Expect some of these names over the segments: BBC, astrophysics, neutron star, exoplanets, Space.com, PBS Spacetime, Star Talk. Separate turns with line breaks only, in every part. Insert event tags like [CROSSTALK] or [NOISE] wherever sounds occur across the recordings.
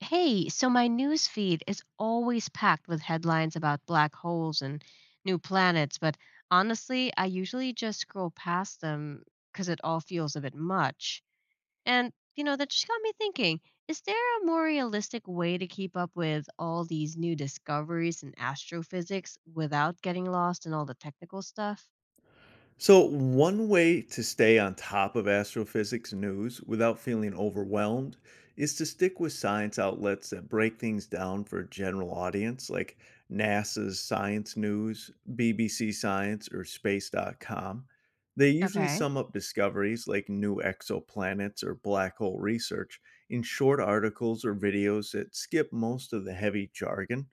Hey, so my news feed is always packed with headlines about black holes and new planets, but honestly, I usually just scroll past them because it all feels a bit much. And, that just got me thinking, is there a more realistic way to keep up with all these new discoveries in astrophysics without getting lost in all the technical stuff?
So, one way to stay on top of astrophysics news without feeling overwhelmed is to stick with science outlets that break things down for a general audience, like NASA's Science News, BBC Science, or Space.com. They usually
Okay.
sum up discoveries like new exoplanets or black hole research in short articles or videos that skip most of the heavy jargon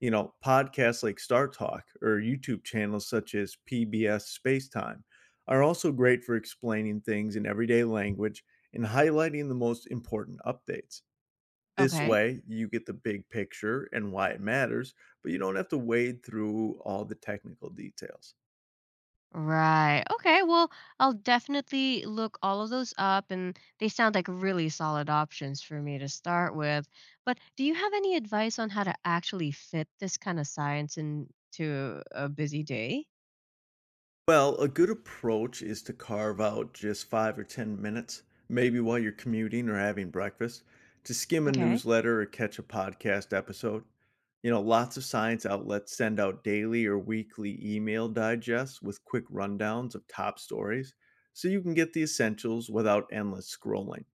you know, Podcasts like Star Talk or YouTube channels such as PBS Spacetime are also great for explaining things in everyday language and highlighting the most important updates. This
Okay.
way, you get the big picture and why it matters, but you don't have to wade through all the technical details.
Right. Okay. Well, I'll definitely look all of those up, and they sound like really solid options for me to start with. But do you have any advice on how to actually fit this kind of science into a busy day?
Well, a good approach is to carve out just five or 10 minutes, maybe while you're commuting or having breakfast, to skim a
Okay.
newsletter or catch a podcast episode. Lots of science outlets send out daily or weekly email digests with quick rundowns of top stories, so you can get the essentials without endless scrolling.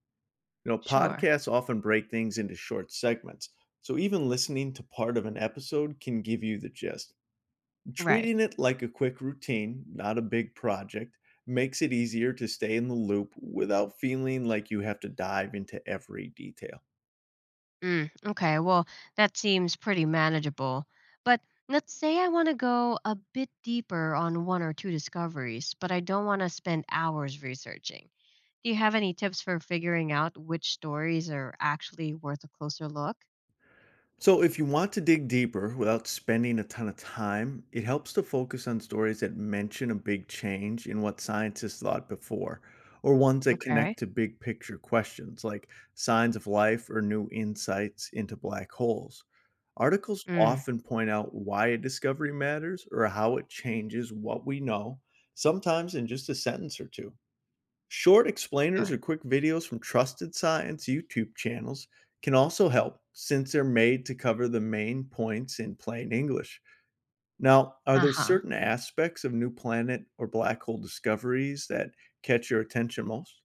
Sure.
Podcasts often break things into short segments, so even listening to part of an episode can give you the gist.
Right.
Treating it like a quick routine, not a big project, makes it easier to stay in the loop without feeling like you have to dive into every detail.
Mm, okay. Well, that seems pretty manageable. But let's say I want to go a bit deeper on one or two discoveries, but I don't want to spend hours researching. Do you have any tips for figuring out which stories are actually worth a closer look?
So, if you want to dig deeper without spending a ton of time, it helps to focus on stories that mention a big change in what scientists thought before, or ones that
Okay.
connect to big picture questions like signs of life or new insights into black holes. Articles
Mm.
often point out why a discovery matters or how it changes what we know, sometimes in just a sentence or two. Short explainers or
Sure.
quick videos from trusted science YouTube channels can also help since they're made to cover the main points in plain English. Now, are
Uh
there
huh.
certain aspects of new planet or black hole discoveries that catch your attention most?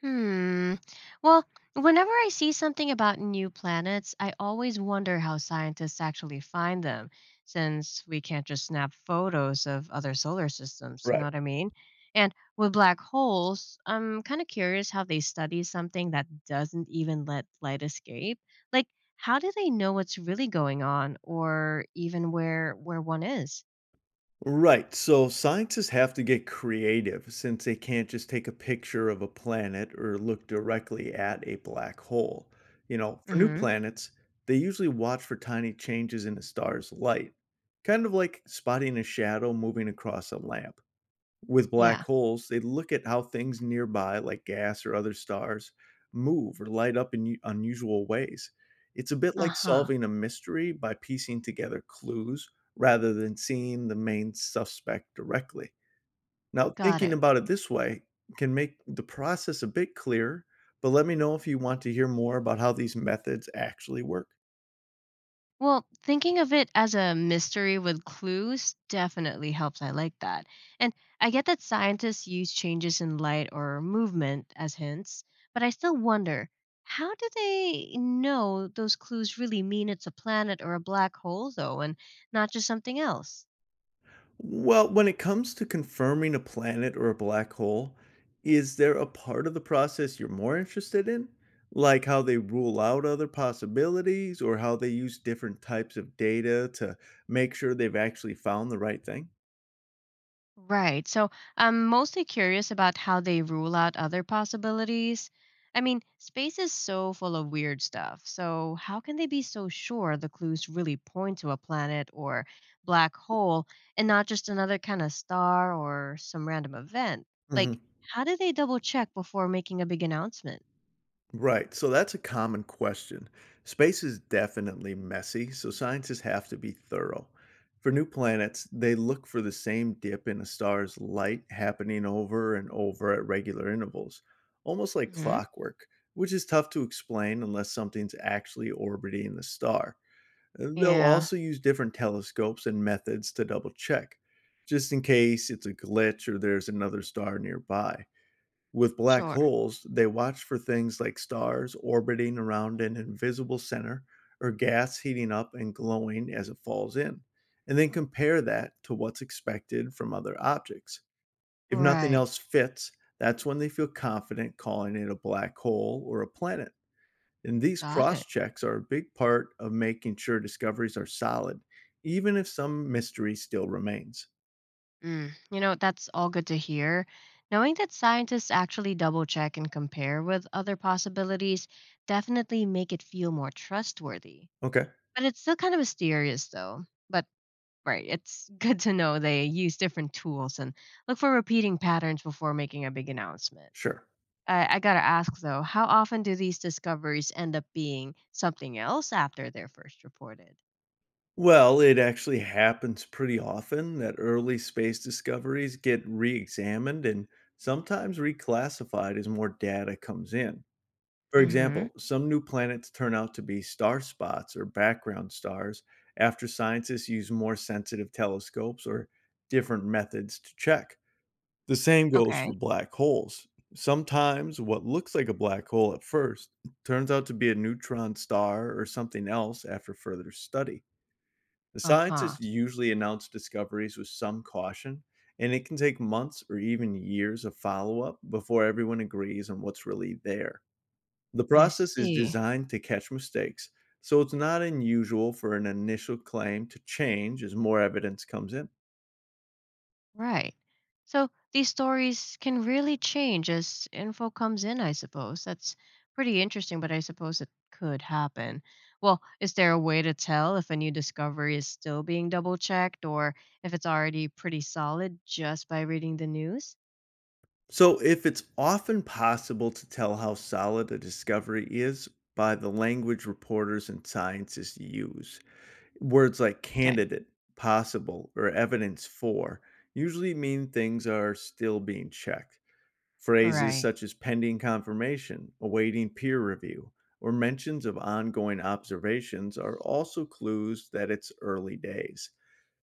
Hmm. Well, whenever I see something about new planets, I always wonder how scientists actually find them, since we can't just snap photos of other solar systems, you know
Right.
what I mean? And with black holes, I'm kind of curious how they study something that doesn't even let light escape. Like, how do they know what's really going on or even where one is?
Right. So scientists have to get creative since they can't just take a picture of a planet or look directly at a black hole. For new
Mhm.
planets, they usually watch for tiny changes in a star's light, kind of like spotting a shadow moving across a lamp. With black
Yeah.
holes, they look at how things nearby, like gas or other stars, move or light up in unusual ways. It's a bit like
Uh-huh.
solving a mystery by piecing together clues rather than seeing the main suspect directly. Now,
Got
thinking
it.
about it this way can make the process a bit clearer, but let me know if you want to hear more about how these methods actually work.
Well, thinking of it as a mystery with clues definitely helps. I like that. And I get that scientists use changes in light or movement as hints, but I still wonder, how do they know those clues really mean it's a planet or a black hole, though, and not just something else?
Well, when it comes to confirming a planet or a black hole, is there a part of the process you're more interested in? Like how they rule out other possibilities or how they use different types of data to make sure they've actually found the right thing?
Right. So I'm mostly curious about how they rule out other possibilities. I mean, space is so full of weird stuff. So, how can they be so sure the clues really point to a planet or black hole and not just another kind of star or some random event? Like, how do they double check before making a big announcement?
Right. So that's a common question. Space is definitely messy, so scientists have to be thorough. For new planets, they look for the same dip in a star's light happening over and over at regular intervals, almost like
Hmm.
clockwork, which is tough to explain unless something's actually orbiting the star. They'll
Yeah,
also use different telescopes and methods to double check, just in case it's a glitch or there's another star nearby. With black
sure.
holes, they watch for things like stars orbiting around an invisible center or gas heating up and glowing as it falls in, and then compare that to what's expected from other objects. If nothing
Right.
else fits, that's when they feel confident calling it a black hole or a planet. And these
Got
cross
it.
checks are a big part of making sure discoveries are solid, even if some mystery still remains.
Mm, you know, that's all good to hear. Knowing that scientists actually double check and compare with other possibilities definitely make it feel more trustworthy.
Okay,
But it's still kind of mysterious though. But right, it's [LAUGHS] good to know they use different tools and look for repeating patterns before making a big announcement.
sure.
I gotta ask though, how often do these discoveries end up being something else after they're first reported?
Well, it actually happens pretty often that early space discoveries get re-examined and sometimes reclassified as more data comes in. For
Mm-hmm.
example, some new planets turn out to be star spots or background stars after scientists use more sensitive telescopes or different methods to check. The same goes for
Okay.
black holes. Sometimes what looks like a black hole at first turns out to be a neutron star or something else after further study. The
Uh-huh.
scientists usually announce discoveries with some caution, and it can take months or even years of follow up before everyone agrees on what's really there. The
I
process is
see.
designed to catch mistakes, so it's not unusual for an initial claim to change as more evidence comes in.
Right. So these stories can really change as info comes in, I suppose. That's pretty interesting, but I suppose it could happen. Well, is there a way to tell if a new discovery is still being double checked or if it's already pretty solid just by reading the news?
So, if it's often possible to tell how solid a discovery is by the language reporters and scientists use, words like
Okay.
candidate, possible, or evidence for usually mean things are still being checked. Phrases
Right.
such as pending confirmation, awaiting peer review, or mentions of ongoing observations are also clues that it's early days.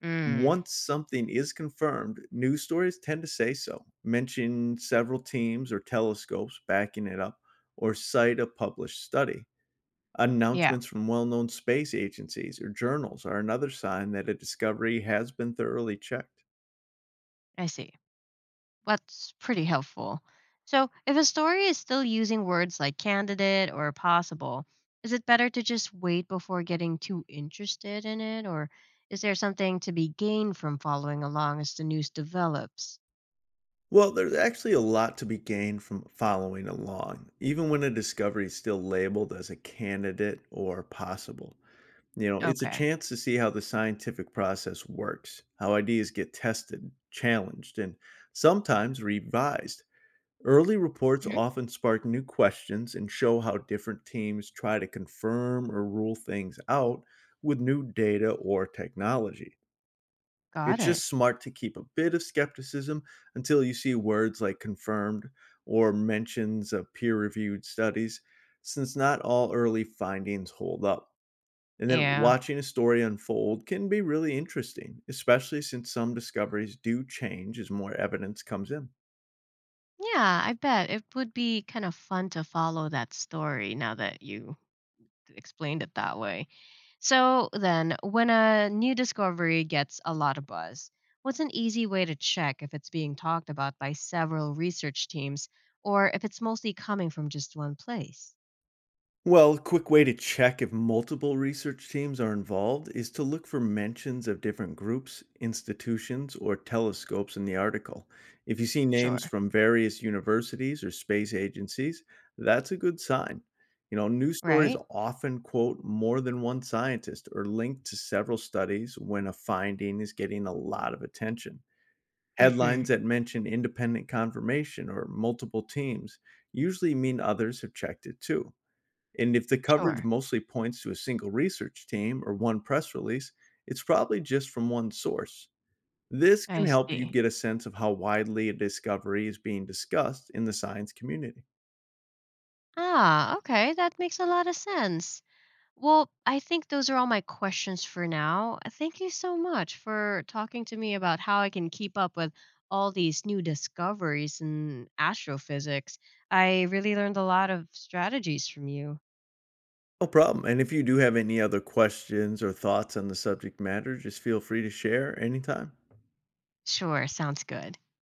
Mm.
Once something is confirmed, news stories tend to say so, mention several teams or telescopes backing it up, or cite a published study.
Yeah,
Announcements from well-known space agencies or journals are another sign that a discovery has been thoroughly checked.
I see. That's pretty helpful. So, if a story is still using words like candidate or possible, is it better to just wait before getting too interested in it? Or is there something to be gained from following along as the news develops?
Well, there's actually a lot to be gained from following along, even when a discovery is still labeled as a candidate or possible. It's a
Okay.
chance to see how the scientific process works, how ideas get tested, challenged, and sometimes revised. Early reports
Hmm.
often spark new questions and show how different teams try to confirm or rule things out with new data or technology.
Got
It's
it.
just smart to keep a bit of skepticism until you see words like confirmed or mentions of peer reviewed studies, since not all early findings hold up. And then
Yeah.
watching a story unfold can be really interesting, especially since some discoveries do change as more evidence comes in.
Yeah, I bet it would be kind of fun to follow that story now that you explained it that way. So then, when a new discovery gets a lot of buzz, what's an easy way to check if it's being talked about by several research teams or if it's mostly coming from just one place?
Well, a quick way to check if multiple research teams are involved is to look for mentions of different groups, institutions, or telescopes in the article. If you see
Sure.
names from various universities or space agencies, that's a good sign. News stories
Right?
often quote more than one scientist or link to several studies when a finding is getting a lot of attention.
Mm-hmm.
Headlines that mention independent confirmation or multiple teams usually mean others have checked it too. And if the coverage
Sure.
mostly points to a single research team or one press release, it's probably just from one source. This
I
can help you
see.
get a sense of how widely a discovery is being discussed in the science community.
Ah, okay, that makes a lot of sense. Well, I think those are all my questions for now. Thank you so much for talking to me about how I can keep up with all these new discoveries in astrophysics. I really learned a lot of strategies from you.
No problem. And if you do have any other questions or thoughts on the subject matter, just feel free to share anytime.
Sure, sounds good.